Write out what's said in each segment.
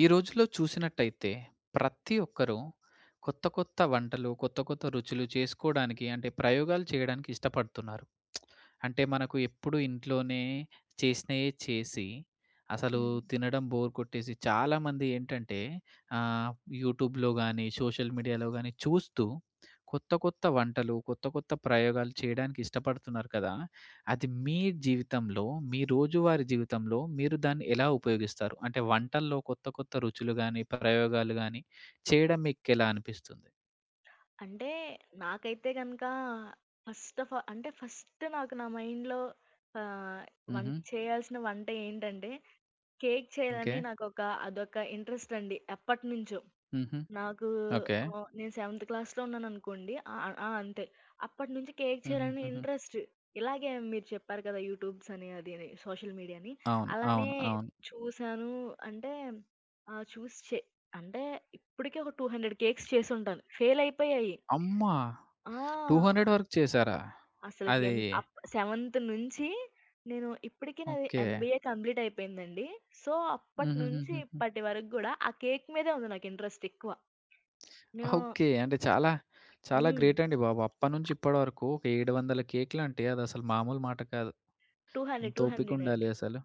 ఈ రోజుల్లో చూసినట్టయితే ప్రతి ఒక్కరూ కొత్త కొత్త వంటలు, కొత్త కొత్త రుచులు చేసుకోవడానికి అంటే ప్రయోగాలు చేయడానికి ఇష్టపడుతున్నారు. అంటే మనకు ఎప్పుడు ఇంట్లోనే చేసినయే చేసి, అసలు హ్మ్. తినడం బోర్ కొట్టేసి చాలామంది ఏంటంటే ఆహ్, యూట్యూబ్‌లో గానీ, సోషల్ మీడియాలో గానీ చూస్తూ కొత్త కొత్త వంటలు, కొత్త కొత్త ప్రయోగాలు చేయడానికి ఇష్టపడుతున్నారు కదా! అది మీ జీవితంలో, మీ రోజువారీ జీవితంలో మీరు దాన్ని ఎలా ఉపయోగిస్తారు? అంటే వంటల్లో కొత్త కొత్త రుచులు గానీ, ప్రయోగాలు గానీ చేయడం మీకెలా అనిపిస్తుంది? అంటే నాకైతే గనక ఫస్ట్ ఆఫ్ ఆల్ అంటే ఫస్ట్ నాకు నా మైండ్‌లో ఆహ్, హుహు. వంట చేయాల్సిన వంట ఏంటంటే కేక్ ఓకే. చేయాలని నాకొక అదొక ఇంట్రెస్ట్ అండి ఎప్పటినుంచో. హుహు. నాకు ఓకే. నేను సెవెంత్ క్లాస్‌లో ఉన్నాననుకోండి ఆ! ఆ! అంతే. అప్పటినుంచి కేక్ చేయాలని హుహుహుహు. ఇంట్రెస్ట్. ఇలాగే మీరు చెప్పారు కదా! యూట్యూబ్స్ అని అది అని సోషల్ మీడియా అని. అవును. అలానే అవును. అవును. చూసాను అంటే చూసి చే అంటే ఇప్పటికే ఒక 200 కేక్స్ చేసుంటాను. ఫెయిల్ అయిపోయాయి. అమ్మా! ఆ! 200 వరకు చేసారా? అసలకి అది ఎన్ అప్ సెవెంత్ నుంచి నేను ఇప్పటికి నాది ఓకే. ఎంబీఏ కంప్లీట్ అయిపోయిందండి. సో, అప్పటి నుంచి హుహుహుహుహు. ఇప్పటి వరకు గూడా ఆ కేక్ మీదే ఉంది నాకు ఇంట్రెస్ట్ ఎక్కువ. నేను ఓకే. అంటే చాలా, చాలా హ్మ్. గ్రేట్ అండి బాబు. అప్పటినుంచి ఇప్పటి వరకు ఒక 700 కేకులంటే అదసలు మామూలు మాట కాదు. 200, ఎంత 200 ఓపికుండాలి అండి. అసలు.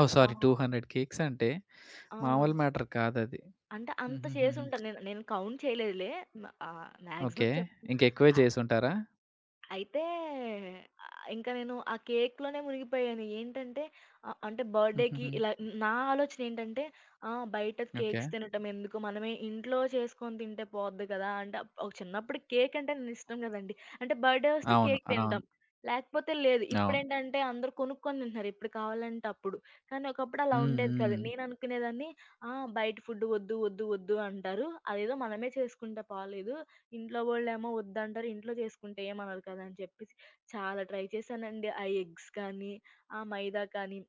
ఓహ్! ఆ! సారీ, 200 కేక్స్ అంటే ఆ! మామూలు మ్యాటర్ కాదది. అంటే అంత హుహుహుహు. చేసుంటాను. నేను నేను కౌంట్ చేయలేదులే. ఓకే. మాక్సిమం చెప్ ఇంకెక్కువే ఆ! చేసుంటారా? అయితే ఇంక నేను ఆ కేక్‌లోనే మునిగిపోయాను. ఏంటంటే అంటే బర్త్‌డేకి హుహుహు. ఇలా నా ఆలోచన ఏంటంటే బయట ఓకే. కేక్స్ తినటం ఎందుకు? మనమే ఇంట్లో చేసుకొని తింటే పోద్ది కదా! అంటే అప్- ఒక చిన్నప్పుడు కేక్ అంటే నేను ఇష్టం కదండీ. అంటే బర్త్‌డే వస్తే అవును. కేక్ అవును. తింటాం. లేకపోతే లేదు. అవును. ఇప్పుడేంటంటే అందరూ కొనుక్కొని తింటున్నారు. ఎప్పుడు కావాలంటే అప్పుడు. కానీ ఒకప్పుడు అలా హ్మ్. ఉండేది కాదు. హ్మ్. నేను అనుకునేదాన్ని. ఆ! బయట ఫుడ్ వద్దు, వద్దు, వద్దు అంటారు. అదేదో మనమే చేసుకుంటే పోలేదు. ఇంట్లో వాళ్ళేమో వద్దంటారు. ఇంట్లో చేసుకుంటే ఏమనరు కదా! అని చెప్పేసి చాలా ట్రై చేశానండి. ఆ ఎగ్స్ కానీ, ఆ మైదా కానీ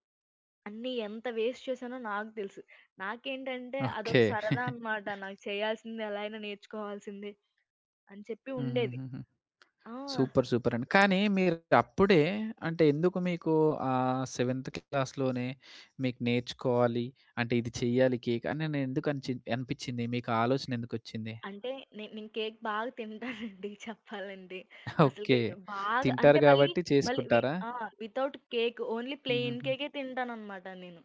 అన్నీ ఎంత వేస్ట్ చేశానో నాకు తెలుసు. నాకేంటంటే ఓకే. అదొక సరదా అనమాట. నాకు చేయాల్సింది ఎలా అయినా నేర్చుకోవాల్సిందే అని చెప్పి ఉండేది. హుహుహుహు. ఆ! సూపర్. సూపర్ అండి. కానీ మీరు అప్పుడే అంటే ఎందుకు మీకు సెవెంత్ క్లాస్‌లోనే మీకు నేర్చుకోవాలి. అంటే ఇది చెయ్యాలి, కేక్ అని నేను ఎందుకు అనిపించింది? మీకు ఆ ఆలోచన ఎందుకొచ్చింది? అంటే నేను కేక్ బాగా తింటానండి చెప్పాలంటే. ఓకే. అసలుకే బాగా తింటారు అంటే మళ్ళీ, కాబట్టి మళ్ళీ వి చేసుకుంటారా? ఆ! వితౌట్ కేక్ ఓన్లీ ప్లెయిన్ హుహుహు. కేకే తింటాననమాట నేను.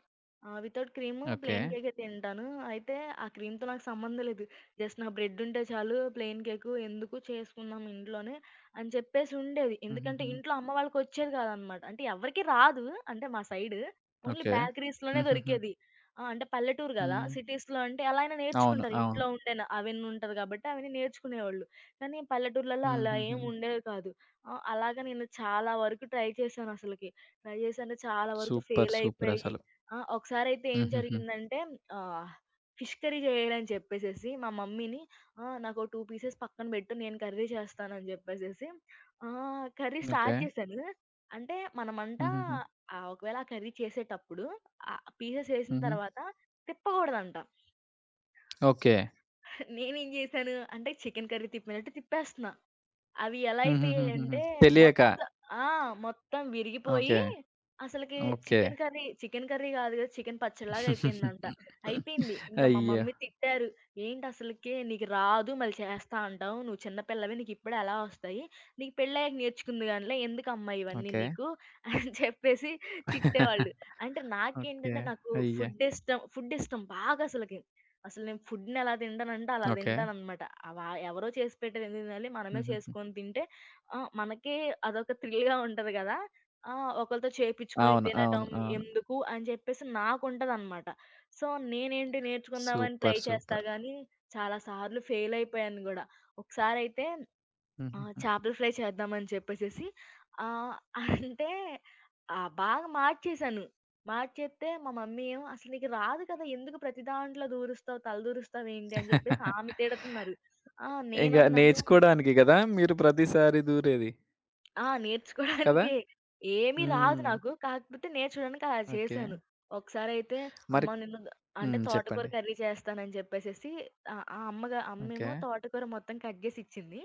Without cream okay. ప్లెయిన్ కేకే తింటాను. అయితే ఆ క్రీమ్‌తో నాకు సంబంధం లేదు. జస్ట్ నా బ్రెడ్ ఉంటే చాలు ప్లెయిన్ కేకు ఎందుకు చేసుకుందాం ఇంట్లోనే అని చెప్పేసి ఉండేది. ఎందుకంటే హుహుహు. ఇంట్లో అమ్మ వాళ్ళకొచ్చేది కాదనమాట. అంటే ఎవరికీ రాదు అంటే మా సైడు. Only okay. బేకరీస్‌లోనే హుహుహు. దొరికేది. ఆ! అంటే పల్లెటూరు గదా! హ్మ్. సిటీస్‌లో అంటే ఎలా అయినా అవును. నేర్చుకుంటారు. అవును. ఇంట్లో ఉంటేనే అవెన్ ఉంటది కాబట్టి అవన్నీ నేర్చుకునేవాళ్ళు. కానీ పల్లెటూర్లలో అలా హుహుహు. ఏమి ఉండేవి కాదు. అలాగా నేను చాలా వరకు ట్రై చేశానసలకి. ట్రై చేశాను చాలా వరకు సూపర్. ఫెయిల్ సూపర్ అయిపోయి అసలు. ఆ! ఒకసారైతే ఏం హుహుహు. జరిగిందంటే ఆహ్, ఫిష్ కర్రీ జేయరని చెప్పేసేసి మా మమ్మీని, "ఆ! నాకో 2 పీసెస్ పక్కన బెట్టు నేను కర్రీ చేస్తానని" జెప్పేసేసి కర్రీ ఓకే. స్టార్ట్ చేశాను. అంటే మనమంట హుహుహు. ఒకవేళ ఆ కర్రీ చేసేటప్పుడు ఆ పీసెస్ ఏసిన హుహు. తర్వాత తిప్పకూడదంట. ఓకే. నేనేం జేశాను అంటే చికెన్ కర్రీ తిప్పినట్టు తిప్పేస్తున్నా. అవి ఎలా హుహుహుహుహు. అయిపోయాయంటే తెలియక. మొత్తం ఆ! మొత్తం విరిగిపోయి ఓకే. అసలకి okay. Chicken curry, chicken curry కాదు కదా! చికెన్ పచ్చడిలాగా అయిపోయిందంట. అయిపోయింది. ఇంక మా అయ్యో! మమ్మీ తిట్టారు. "ఏంటసలకి నీకు రాదు మళ్ళీ చేస్తా అంటావు. నువ్వు చిన్న పిల్లవి నీకిప్పుడే ఎలా వస్తాయి? నీకు పెళ్ళయ్యాక నేర్చుకుందు గానిలే. ఎందుకమ్మా ఇవన్నీ ఓకే. నీకు" అని చెప్పేసి తిట్టేవాళ్ళు. అంటే ఓకే. నాకేంటంటే నాకు అయ్యో! ఫుడ్ ఇష్టం. ఫుడ్ ఇష్టం బాగా అసలకి. అసలు నేను ఫుడ్‌నెలా తింటానంటే అలా ఓకే. తింటాననమాట. అవ ఎవరో చేసి పెట్టేది ఎందుకు తినాలి? మనమే హుహుహు. చేసుకొని తింటే మనకే అదొక థ్రిల్‌గా ఉంటది గదా! ఆ! ఒకళ్ళతో చేపిచ్చుకొని అవును. అవును. తినటం అవును. ఎందుకు అని చెప్పేసి నాకుంటదనమాట. సో, నేనేంటి నేర్చుకుందామని ట్రై సూపర్. చేస్తా సూపర్. గానీ చాలా సార్లు ఫెయిల్ అయిపోయాను గూడా. ఒకసారైతే ఆ! హుహుహు. చేపల ఫ్రై చేద్దామని చెప్పేసేసి ఆహ్, అంటే బాగా మార్చేశాను. మార్చేత్తే మా మమ్మీ ఏమో, "అసలు నీకు రాదు కదా! ఎందుకు ప్రతి దాంట్లో దూరుస్తావు, తల దూరుస్తావేంటి?" అని చెప్పేసి ఆమె తిడుతున్నారు. ఆ! ఇంగ నేనన్నాను నేర్చుకోడానికి గదా! మీరు ప్రతిసారి దూరేది. ఆ! కదా! నేర్చుకోవడానికే. ఏమి రాదు హ్మ్. నాకు. కాకపోతే నేర్చుకోవడానికి అలా ఓకే. చేశాను. ఒకసారయితే మరి అమ్మ నిన్ను అంటే హ్మ్. తోటకూర చెప్పండి. కర్రీ చేస్తానని చెప్పేసేసి ఆ అమ్మగా ఓకే. అమ్మేమో తోటకూర మొత్తం కట్ చేసి ఇచ్చింది.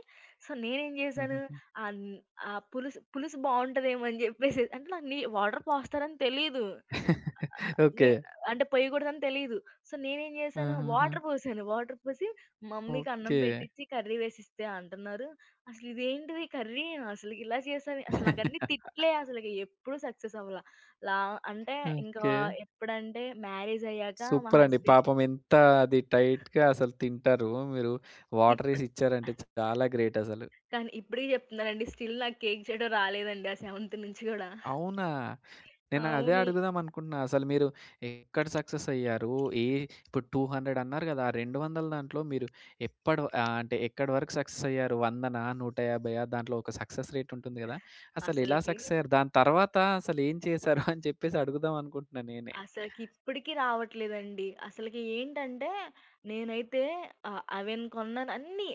సో, నేనేం చేశాను హుహుహు. అన్ ఆ పులుసు పులుసు బావుంటదేమో అని చెప్పేసి అంటే నాకు నీ వాటర్ పోస్తారని తెలీదు. నే ఓకే. అంటే పొయ్యకూడదని తెలీదు. సో, నేనేం చేశాను ఆహాహా! వాటర్ పోసాను. వాటర్ పోసి మమ్మీకి అన్నం ఓకే. పెట్టిచ్చి కర్రీ వేసిస్తే అంటున్నారు, అసలిదేంటిది కర్రీ? అసలకిలా చేశావే అసలు నాకన్నీ తిట్లే అసలకి ఎప్పుడు సక్సెస్ అవ్వలా. లా అంటే ఇంకా ఓకే. ఎప్పుడంటే మ్యారేజయ్యాక మా సూపరండి. హస్బెండ్ పాపం ఎంత అది టైట్‌గా అసలు తింటారు. మీరు వాటర్ ఏసి ఇప్పుడు ఇచ్చారంటే చాలా గ్రేట్ అసలు. కానీ ఇప్పటికి చెప్తున్నానండి. స్టిల్ నాకు కేక్ చేయడం రాలేదండి. ఆ 7థ్ నుంచి గూడా. అవునా? నేను అదే అవును. అడుగుదాం అనుకుంటున్నా. అసలు మీరు ఎక్కడ సక్సెస్ అయ్యారు? ఏ ఇప్పుడు 200 అన్నారు గదా! ఆ 200 దాంట్లో మీరు ఎప్పటి అంటే ఎక్కడి వరకు సక్సెస్ అయ్యారు? 100నా? 150 దాంట్లో ఒక సక్సెస్ రేట్ ఉంటుంది గదా! అసలు ఎలా అసలకి సక్సెస్ అయ్యారు? దాని తర్వాత అసలు ఏం చేశారు అని చెప్పేసి అడుగుదాం అనుకుంటున్నా నేనే. అసలకిప్పటికి రావట్లేదండి. అసలకి ఏంటంటే, నేనైతే అవెన్ కొన్నాను అన్నీ.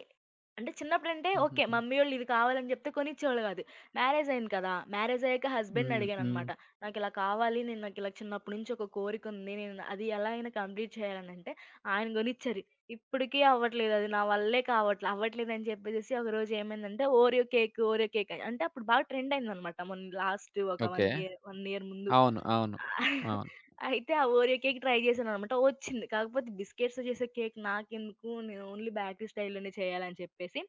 అంటే చిన్నప్పుడంటే ఓకే. హుహుహు. మమ్మీ వోళ్ళు ఇది కావాలని జెప్తే కొనిచ్చేవాళ్ళు గాదు. మ్యారేజయింది కదా! మ్యారేజయ్యాక హస్బెండ్‌ని హ్మ్. హ్మ్. అడిగాననమాట. నాకిలా కావాలి. నేను నాకిలా చిన్నప్పటి నుంచి ఒక కోరికుంది. నేను అది ఎలా అయినా కంప్లీట్ చేయాలనంటే, ఆయన గొనిచ్చారు. ఇప్పటికి అవ్వట్లేదు. అది నా వల్లే కావట్లే. అవ్వట్లేదని చెప్పేసేసి ఒకరోజు ఏమైందంటే, ఓరియో కేక్ అని అంటే అప్పుడు బాగా ట్రెండయిందనమాట. మొన్న లాస్ట్ ఒక ఓకే. 1 ఇయర్ ముందు. అవును. అవును. అవును. అయితే ఆ ఓరియో కేక్ ట్రై చేశాననమాట. వచ్చింది. కాకపోతే బిస్కిట్స్‌తో చేసే కేక్ నాకెందుకు, నేను ఓన్లీ బేకరీ స్టైల్‌లోనే చేయాలని చెప్పేసి,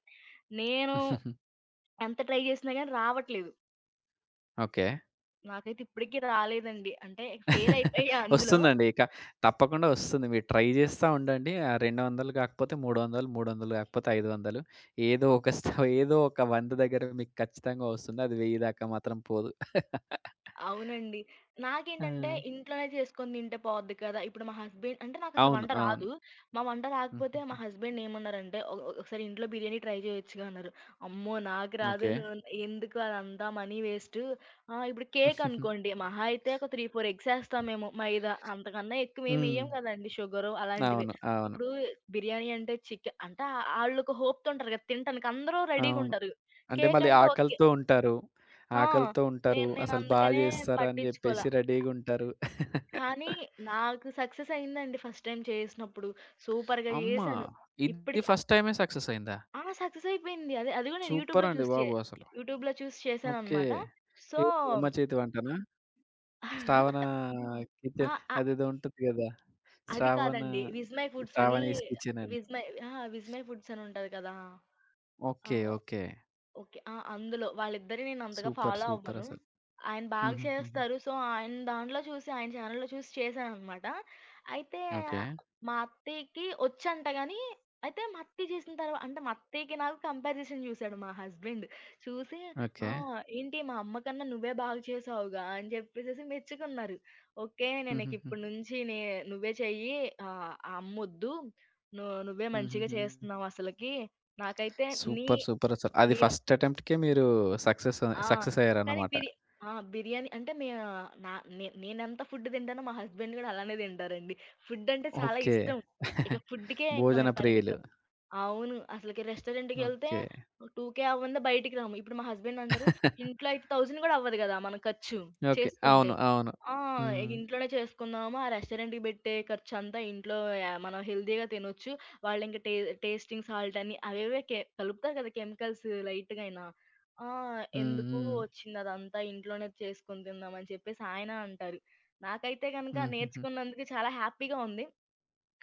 నేను ఎంత ట్రై చేసినా గాని రావట్లేదు. ఓకే. నాకైతే ఇప్పటికి రాలేదండి. అంటే ఫెయిల్ అయిపోయా అందులో. వస్తుందండి. ఇక తప్పకుండా వస్తుంది. మీరు ట్రై జేస్తా ఉండండి. ఆ 200 గాకపోతే 300, 300 గాకపోతే 500, ఏదో ఒక స్థ ఏదో ఒక 100 దగ్గర మీకు ఖచ్చితంగా వస్తుంది. అది 1000 దాకా మాత్రం పోదు. అవునండి. ఆ! నాకేంటంటే ఇంట్లోనే చేసుకొని తింటే పోద్ది కదా! ఇప్పుడు మా హస్బెండ్ అంటే నాకసలు అవును. వంట అవును. రాదు. మా వంట రాకపోతే హుహుహు. మా హస్బెండ్ ఏమన్నారంటే, "ఒ ఒ ఒకసారి ఇంట్లో బిర్యానీ ట్రై చేయొచ్చుగా" అన్నారు. అమ్మో! నాకు రాదు. ఓకే. నువ్వు ఎందుకు అదంతా మనీ వేస్టు. ఇప్పుడు కేక్ అనుకోండి. మహా అయితే ఒక 3, 4 ఎగ్స్ ఏస్తామేమో మైదా. అంతకన్నా హ్మ్. ఎక్కువేమెయ్యం కదండీ షుగరు అలాంటివి. అవును. అవును. ఇప్పుడు బిర్యానీ అంటే చికె అంటే ఆళ్ళొక హోప్‌తో ఉంటారు కదా! తినటానికి అందరూ అవును. రెడీగుంటారు. అంటే కేక్ మళ్ళీ అంటే ఓకే. ఆకలితో ఉంటారు. ఆ! ఆకలితో ఉంటారు. నేను అసలు బా నేనందుకనే జేస్తారు అని పట్టించుకోల. జెప్పేసి రెడీగుంటారు. కానీ నాకు సక్సెస్ అయిందండి ఫస్ట్ టైమ్ చేసినప్పుడు. సూపర్‌గా అమ్మ! చేశాను. ఇది ఇప్పటికి ఫస్ట్ టైమే సక్సెస్ అయిందా? ఆ! సక్సెస్ అయిపోయింది. అదే అది కూడా నేను సూపర్ యూట్యూబ్‌లో అండి చూసి చే బాబు అసలు. యూట్యూబ్‌లో చూసి ఓకే. చేశాననమాట. సో ఏది అమ్మ చేతి వంటనా? శ్రావణ ఆ! కిచెన్, అ అదేదో ఉంటది గదా! అది శ్రావణ, కాదండి. 'విజ్ మై ఫుడ్స్' అని శ్రావణీస్ కిచెన్ అని. 'విజ్ మై' ఆ! 'విజ్ మై ఫుడ్స్' అని ఉంటది కదా! ఆ! ఓకే. ఓకే. ఓకే. ఆ! అందులో వాళ్ళిద్దరిని నేనంతగా సూపర్. ఫాలో సూపర్ అవ్వను. అసలు. ఆయన బాగా హుహుహుహు. చేస్తారు. సో, ఆయన దాంట్లో చూసి, ఆయన ఛానెల్‌లో చూసి చేశాననమాట. అయితే ఓకే. మా అత్తయ్యకి ఒచ్చంట గాని, అయితే మా అత్తయ్య చేసిన తర్వా అంటే మా అత్తయ్యకి నాకు కంపారిజన్ చూసాడు మా హస్బెండ్. చూసి, "ఆ! ఓకే. ఏంటి మా అమ్మ కన్నా నువ్వే బాగా చేసావుగా" అని చెప్పేసేసి మెచ్చుకున్నారు. "ఓకే. నేను హుహుహు. నీకిప్పటి నుంచి నే నువ్వే చెయ్యి. ఆ అమ్మొద్దు. ను నువ్వే మంచిగా హుహుహు. చేస్తున్నావసలకి. నాకైతే నీ సూపర్. సూపర్ అసలు. అది నీ ఫస్ట్ అటెంప్ట్‌కే మీరు సక్సెస్ ఆ! సక్సెస్ కానీ అయ్యారన్నమాట. బిర్యా ఆ! బిర్యానీ అంటే మే నా నేనెంత ఫుడ్ తింటానో మా హస్బెండ్ గూడా అలానే తింటారండి. ఫుడ్ అంటే చాలా ఓకే. ఇష్టం. ఇక ఫుడ్‌కే ఇంక భోజన మేము ప్రియులు. పరిమితం. అవును. అసలకి రెస్టారెంట్‌కెళ్తే ఓకే. 2,000 అవ్వందే బయటికి రాము. ఇప్పుడు మా హస్బెండ్ అంటారు, "ఇంట్లో అయితే 1000 కూడా అవ్వదు కదా! మన ఖర్చు ఓకే. చేసుకుంటే." అవును. అవును. ఆ! ఇక హ్మ్. ఇంట్లోనే చేసుకుందాము. ఆ రెస్టారెంట్‌కి పెట్టే ఖర్చంతా ఇంట్లో మనం హెల్తీగా తినొచ్చు. వాళ్ళింక టే టేస్టింగ్ సాల్ట్ అని అవేవే కె కలుపుతారు కదా, కెమికల్స్ లైట్‌గా అయినా. ఆ! హ్మ్. ఎందుకు హ్మ్. వచ్చిందదంతా ఇంట్లోనే చేసుకొని తిందామని చెప్పేసి ఆయన అంటారు. నాకైతే గనక హుహుహు. నేర్చుకున్నందుకు చాలా హ్యాపీగా ఉంది.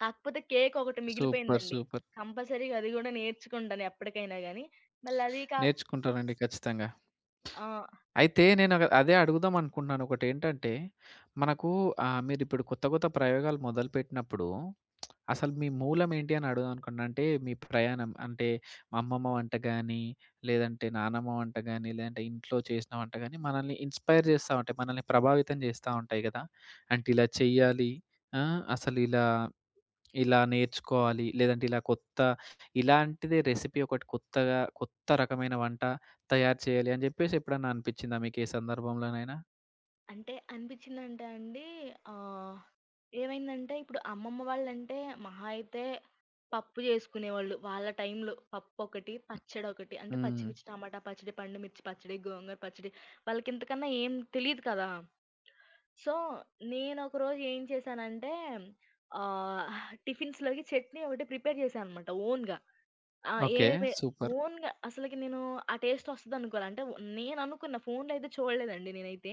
కాకపోతే కేక్ ఒకటి సూపర్. మిగిలిపోయిందండి. సూపర్. కంపల్సరీగా అది గూడా నేర్చుకుంటాను ఎప్పటికైనా గాని. మళ్ళది కా నేర్చుకుంటారండి ఖచ్చితంగా. ఆ! అయితే నేను అదే అడుగుదాం అనుకుంటున్నాను. ఒకటేంటంటే మనకు మీరిప్పుడు కొత్త కొత్త ప్రయోగాలు మొదలుపెట్టినప్పుడు అసలు మీ మూలం ఏంటి అని అడుగుదాం అనుకున్నా. అంటే మీ ప్రయాణం అంటే మా అమ్మమ్మ వంట గాని, లేదంటే నానమ్మ వంట గాని, లేదంటే ఇంట్లో చేసిన వంట గాని మనల్ని ఇన్‌స్పైర్ చేస్తా ఉంటాయి. మనల్ని ప్రభావితం చేస్తా ఉంటాయి గదా! అంటే ఇలా చెయ్యాలి. ఆ! అసలు ఇలా ఇలా నేర్చుకోవాలి. లేదంటే ఇలాంటిదే రెసిపీ ఒకటి కొత్తగా కొత్త రకమైన వంట తయారు చేయాలి అని జెప్పేసి ఎప్పుడన్నా అనిపిచ్చిందా మీకు ఏ సందర్భంలోనైనా? అంటే అనిపించిందంటే అండి ఆహ్, ఏమైందంటే ఇప్పుడు అమ్మమ్మ వాళ్ళంటే మహా అయితే పప్పు జేసుకునేవాళ్ళు. వాళ్ళ టైంలో పప్పొకటి, పచ్చడొకటి అంటే హ్మ్. పచ్చిమిర్చి, టమాటా పచ్చడి, పండు మిర్చి పచ్చడి, గోంగూర పచ్చడి, వాళ్ళకింతకన్నా ఏం తెలీదు కదా! సో, నేనొకరోజు ఏం చేశానంటే ఆహ్, టిఫిన్స్‌లోకి చట్నీ ఒకటి ప్రిపేర్ చేశాననమాట ఓన్‌గా. ఆ! ఓకే. ఏవేవి సూపర్. ఓన్‌గా అసలకి నేను ఆ టేస్ట్ వస్తదనుకోలే. అంటే నేను అనుకున్న ఫోన్‌లో అయితే చూడలేదండి నేనైతే.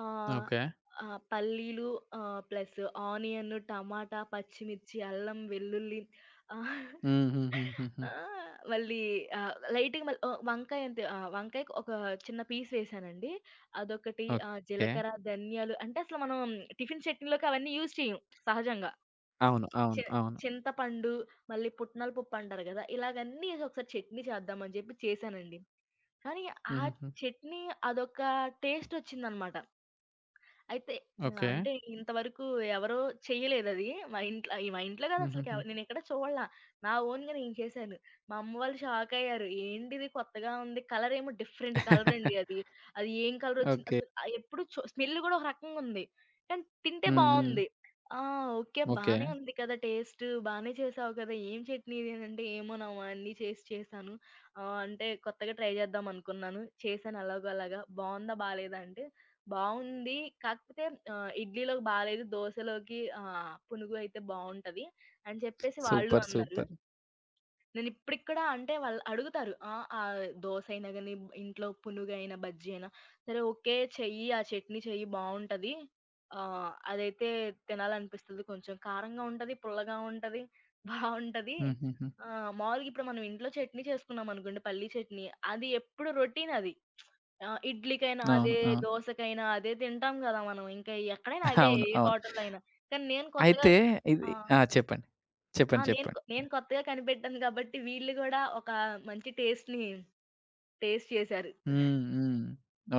ఆహ్, ఓకే. ఆహ్, పల్లీలు ప్లస్ ఆనియన్, టమాటా, పచ్చిమిర్చి, అల్లం, వెల్లుల్లి ఆహ్, హుహుహుహుహు. ఆ! మళ్ళీ లైట్‌గా మళ్ళీ వంకాయ అంతే వంకాయకి ఒక చిన్న పీస్ వేసానండి. అదొకటి ఓకే. జీలకర్ర, ధనియాలు అంటే అసలు మనం టిఫిన్ చట్నీలోకి అవన్నీ యూజ్ చేయం సహజంగా. అవును. అవును. చి అవును. చింతపండు, మళ్ళీ పుట్నాల పప్పు అంటారు గదా! ఇలాగన్నీ ఏసి ఒకసారి చట్నీ చేద్దామని జెప్పి చేశానండి. కానీ, ఆ హుహుహు. చట్నీ అదొక టేస్టొచ్చిందనమాట. అయితే ఓకే. అంటే ఇంతవరకు ఎవరు చేయలేదది. మా ఇంట్లో ఈ మా ఇంట్లో కాదు అసలకి హుహుహు. ఎవ నేనెక్కడ చూడలా. నా ఓన్‌గా నేను చేశాను. మా అమ్మ వాళ్ళు షాకయ్యారు. ఏంటిది కొత్తగా ఉంది. కలరేమో డిఫరెంట్ కలరండి అది. అది ఏం కలరొచ్చింది ఓకే. అసలు ఎప్పుడు చు స్మెల్ గూడా ఒక రకంగుంది. కానీ తింటే హ్మ్. హ్మ్. బావుంది. ఆ! ఓకే. ఓకే. బానే ఉంది కదా! టేస్ట్ బానే చేసావు కదా! ఏం చట్నీ ఇది అని అంటే, ఏమోనమ్మా అన్నీ చేసి చేశాను. అంటే కొత్తగా ట్రై చేద్దాం అనుకున్నాను. చేశాను ఎలాగో అలాగా. బావుందా? బాలేదా? అంటే బావుంది. కాకపోతే ఇడ్లీలోకి బాలేదు. దోసలోకి పునుగు అయితే బావుంటది అని చెప్పేసి వాళ్ళు సూపర్. అన్నారు. సూపర్. నేనిప్పటికి కూడా అంటే వాళ్ళు అడుగుతారు. ఆ! దోసైనా గాని, ఇంట్లో పునుగైనా, బజ్జీ అయినా సరే ఓకే. చెయ్యి ఆ చట్నీ చెయ్యి బావుంటది. అదైతే తినాలనిపిస్తది. కొంచెం కారంగా ఉంటది, పుల్లగా ఉంటది, బావుంటది. హుహుహు. మామూలుగా ఇప్పుడు మనం ఇంట్లో చట్నీ చేసుకున్నామనుకోండి పల్లీ చట్నీ అది ఎప్పుడు రొటీన్ అది. ఆ! ఇడ్లీకైనా అవును. అదే, అవును. దోసకైనా అదే తింటాం గదా! మనం. ఇంకా ఎక్కడైనా అదే అవును. ఏ అవును. హోటల్‌లో అయినా. కానీ నేను కొత్తగా అయితే ఇది ఆ! ఆ! చెప్పండి. ఆ! చెప్పండి. నేను చెప్పండి. కొ నేను కొత్తగా కనిపెట్టాను గాబట్టి వీళ్ళు గూడా ఒక మంచి టేస్ట్‌ని టేస్ట్ చేశారు. హ్మ్. హ్మ్.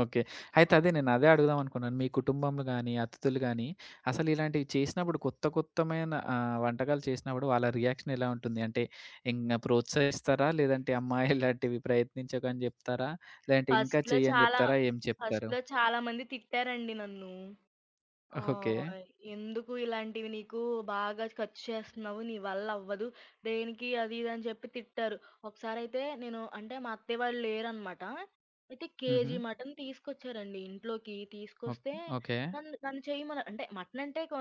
ఓకే. అయితే అదే నేను అదే అడుగుదాం అనుకున్నాను. మీ కుటుంబంలో గాని, అతిథులు గాని అసలు ఇలాంటివి చేసినప్పుడు, కొత్త కొత్తమైన వంటకాలు చేసినప్పుడు వాళ్ళ రియాక్షన్ ఎలా ఉంటుంది? అంటే ఇంగ ప్రోత్సహిస్తారా? లేదంటే అమ్మా ఇలాంటివి ప్రయత్నించకు అని జెప్తారా? లేదంటే ఇంకా ఫస్ట్‌లో చెయ్యి అని చాలా జెప్తారా? ఏం చెప్తారు? ఫస్ట్‌లో చాలా మంది తిట్టారండి నన్ను. ఆ! ఓకే. "ఎందుకు ఇలాంటివి నీకు బాగా ఖర్చు చేస్తున్నావు. నీ వల్ల అవ్వదు. దేనికి అది ఇది" అని చెప్పి తిట్టారు. ఒకసారయితే నేను అంటే మా అత్తయ్య వాళ్ళు లేరనమాట. అయితే హుహు. కేజీ మటన్ తీసుకొచ్చారండి ఇంట్లోకి. ఓక్ తీసుకొస్తే ఓకే. నన్ను నన్ను చేయమన్నారు. అంటే మటన్ అంటే కొ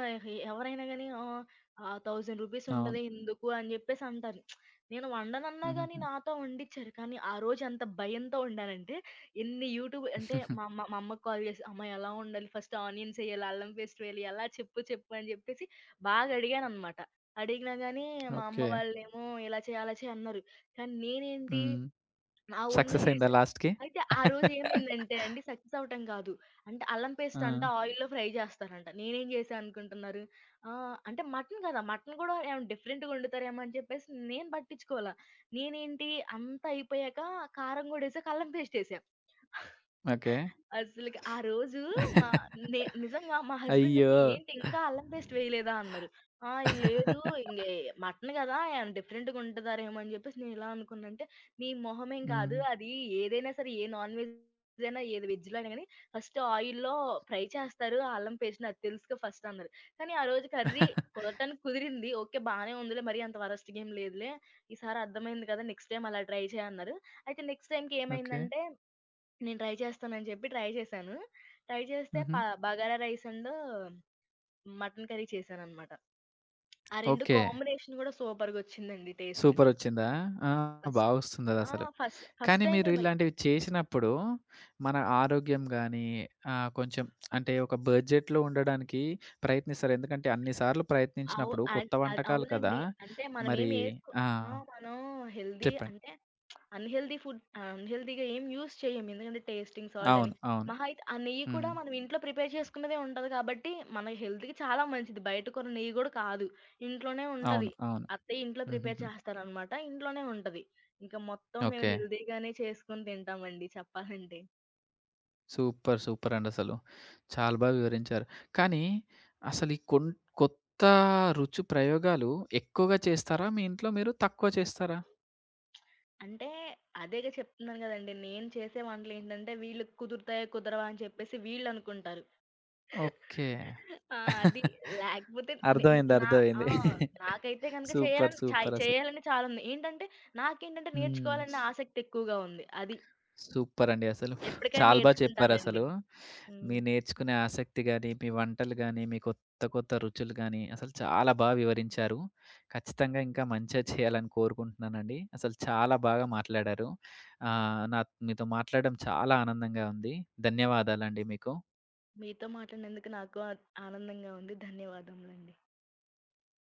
ఎవరైనా గాని ఆహ్, ఆహ్, రూ. 1000 రూపీస్ అవును. ఉంటది ఎందుకు అని జెప్పేసి అంటారు. నేను వండనన్నా గాని హుహుహు. నాతో వండిచ్చారు. కానీ ఆ రోజు ఎంత భయంతో వండానంటే ఎన్ని యూట్యూబ్ అంటే మా అమ్మ మా అమ్మకి కాల్ చేసి, "అమ్మ ఎలా వండాలి? ఫస్ట్ ఆనియన్స్ ఎయ్యాలా? అల్లం పేస్ట్ వేయాలి? ఎలా చెప్పు చెప్పు" అని చెప్పేసి బాగా అడిగాననమాట. అడిగినా గానీ మా అమ్మ ఓకే. వాళ్ళేమో ఇలా చేయి, అలా చేయి అన్నారు. కానీ నేనేంటి హ్మ్. నా ఓన్‌గా సక్సెస్ అయిందా చేశా. లాస్ట్‌కి? అయితే ఆ రోజు ఏమైందంటే అండి సక్సెస్ అవ్వటం కాదు. అంటే అల్లం ఆ! పేస్ట్ అంట ఆయిల్‌లో ఫ్రై చేస్తారంట. నేనేం చేశా అనుకుంటున్నారు? అంటే మటన్ కదా! మటన్ కూడా ఏమైనా డిఫరెంట్‌గా వండుతారేమో అని చెప్పేసి నేను పట్టించుకోలా. నేనేంటి అంతా అయిపోయాక కారం కూడా ఏసాక అల్లం పేస్ట్ ఏసా. ఓకే. అసలకి ఆ రోజు మా నే నిజంగా మా హస్బెండ్ అయ్యో! వచ్చి, "ఏంటి ఇంకా అల్లం పేస్ట్ వేయలేదా?" అన్నారు. "ఆ! లేదు ఇంగే మటన్ కదా! ఏమైనా డిఫరెంట్‌గా వండుతారేమో" అని చెప్పేసి నేను ఎలా అనుకున్నానంటే, మీ మొహమేం హ్మ్. కాదు. అది ఏదైనా సరే ఏ నాన్‌వెజ్ అయినా, ఏది వెజ్‌లో అయినా గాని ఫస్ట్ ఆయిల్‌లో ఫ్రై చేస్తారు. ఆ అల్లం పేస్ట్ నాకు తెలుసుగా ఫస్ట్ అన్నారు. కానీ ఆ రోజు కర్రీ కుదరటానికి కుదిరింది. ఓకే. బానే ఉందిలే మరీ అంత వరస్ట్‌గా ఏం లేదులే. ఈసారి అర్థమైంది కదా! నెక్స్ట్ టైమ్ అలా ట్రై చేయి అన్నారు. అయితే నెక్స్ట్ టైమ్‌కి ఓకే. ఏమైందంటే నేను ట్రై చేస్తానని చెప్పి ట్రై చేశాను. ట్రై చేస్తే హుహు. ప bagara rice and mutton curry చేశాననమాట. ఆ 2 ఓకే. కాంబినేషన్ కూడా సూపర్‌గొచ్చిందండి టేస్ట్. సూపరొచ్చిందా? ఆ! ఫస్ట్ ఆ! బాగొస్తుందదసలు. ఫస్ట్ ఫస్ట్ కానీ మీరు టైమే మళ్ళీ. ఇలాంటివి చేసినప్పుడు మన ఆరోగ్యం గానీ కొంచెం అంటే ఒక బడ్జెట్‌లో ఉండడానికి ప్రయత్నిస్తారు. ఎందుకంటే అన్ని సార్లు అవు ప్రయత్నించినప్పుడు అన్ కొత్త అది వంటకాలు కదా! అవునండి. అంటే మరి మనమేమి ఏసుకో ఆ! ఆ! మనం హెల్తీ చెప్పండి. అంటే అన్‌హెల్తీ ఫుడ్ అన్‌హెల్తీగా ఏం యూజ్ చేయం. ఎందుకంటే టేస్టింగ్ సాల్ట్ అని. అవును. అవును. మహా అయితే ఆ నెయ్యి కూడా హ్మ్. మనం ఇంట్లో ప్రిపేర్ చేసుకున్నదే ఉంటది కాబట్టి, మన హెల్త్‌కి చాలా మంచిది. బయట కొన్న నెయ్యి గూడా కాదు. ఇంట్లోనే అవును. ఉంటది. అవును. అత్తయ్య ఇంట్లో ప్రిపేర్ హుహుహు. చేస్తారనమాట. ఇంట్లోనే ఉంటది. ఇంకా మొత్తం మేము ఓకే. హెల్తీగానే చేసుకొని తింటామండి చెప్పాలంటే. సూపర్. సూపరండసలు. చాలా బాగా వివరించారు. కానీ అసలు ఈ కొన్ కొత్త రుచి ప్రయోగాలు ఎక్కువగా చేస్తారా? మీ ఇంట్లో మీరు తక్కువ చేస్తారా? అంటే అదేగా చెప్తున్నాను గదండీ! నేను చేసే వంటలేంటంటే వీళ్ళకి కుదురుతాయా? కుదరవా? అని చెప్పేసి వీళ్ళనుకుంటారు. ఓకే. ఆ! అది. లేకపోతే నేన్ అర్థమైంది. నా ఆ! అర్థమైంది. నాకైతే గనక సూపర్. చేయాలని చాయ్ సూపరసలు. చేయాలని చాలుంది. ఏంటంటే, నాకేంటంటే నేర్చుకోవాలన్న హ్మ్. ఆసక్తి ఎక్కువగా ఉంది. అది. సూపరండి అసలు. ఎప్పటికైనా చాలా బా చెప్పారసలు. నేర్చుకుంటానండి. మీ హ్మ్. నేర్చుకునే ఆసక్తి గాని, మీ వంటలు గాని, మీ కొత్త కొత్త రుచులు గాని, అసలు చాలా బా వివరించారు. ఖచ్చితంగా ఇంకా మంచిగా చేయాలని కోరుకుంటున్నానండి. అసలు చాలా బాగా మాట్లాడారు. ఆహ్, నా మీతో మాట్లాడడం చాలా ఆనందంగా ఉంది. ధన్యవాదాలండి మీకు. మీతో మాట్లాడినందుకు నాకు ఆనందంగా ఉంది. ధన్యవాదములండి.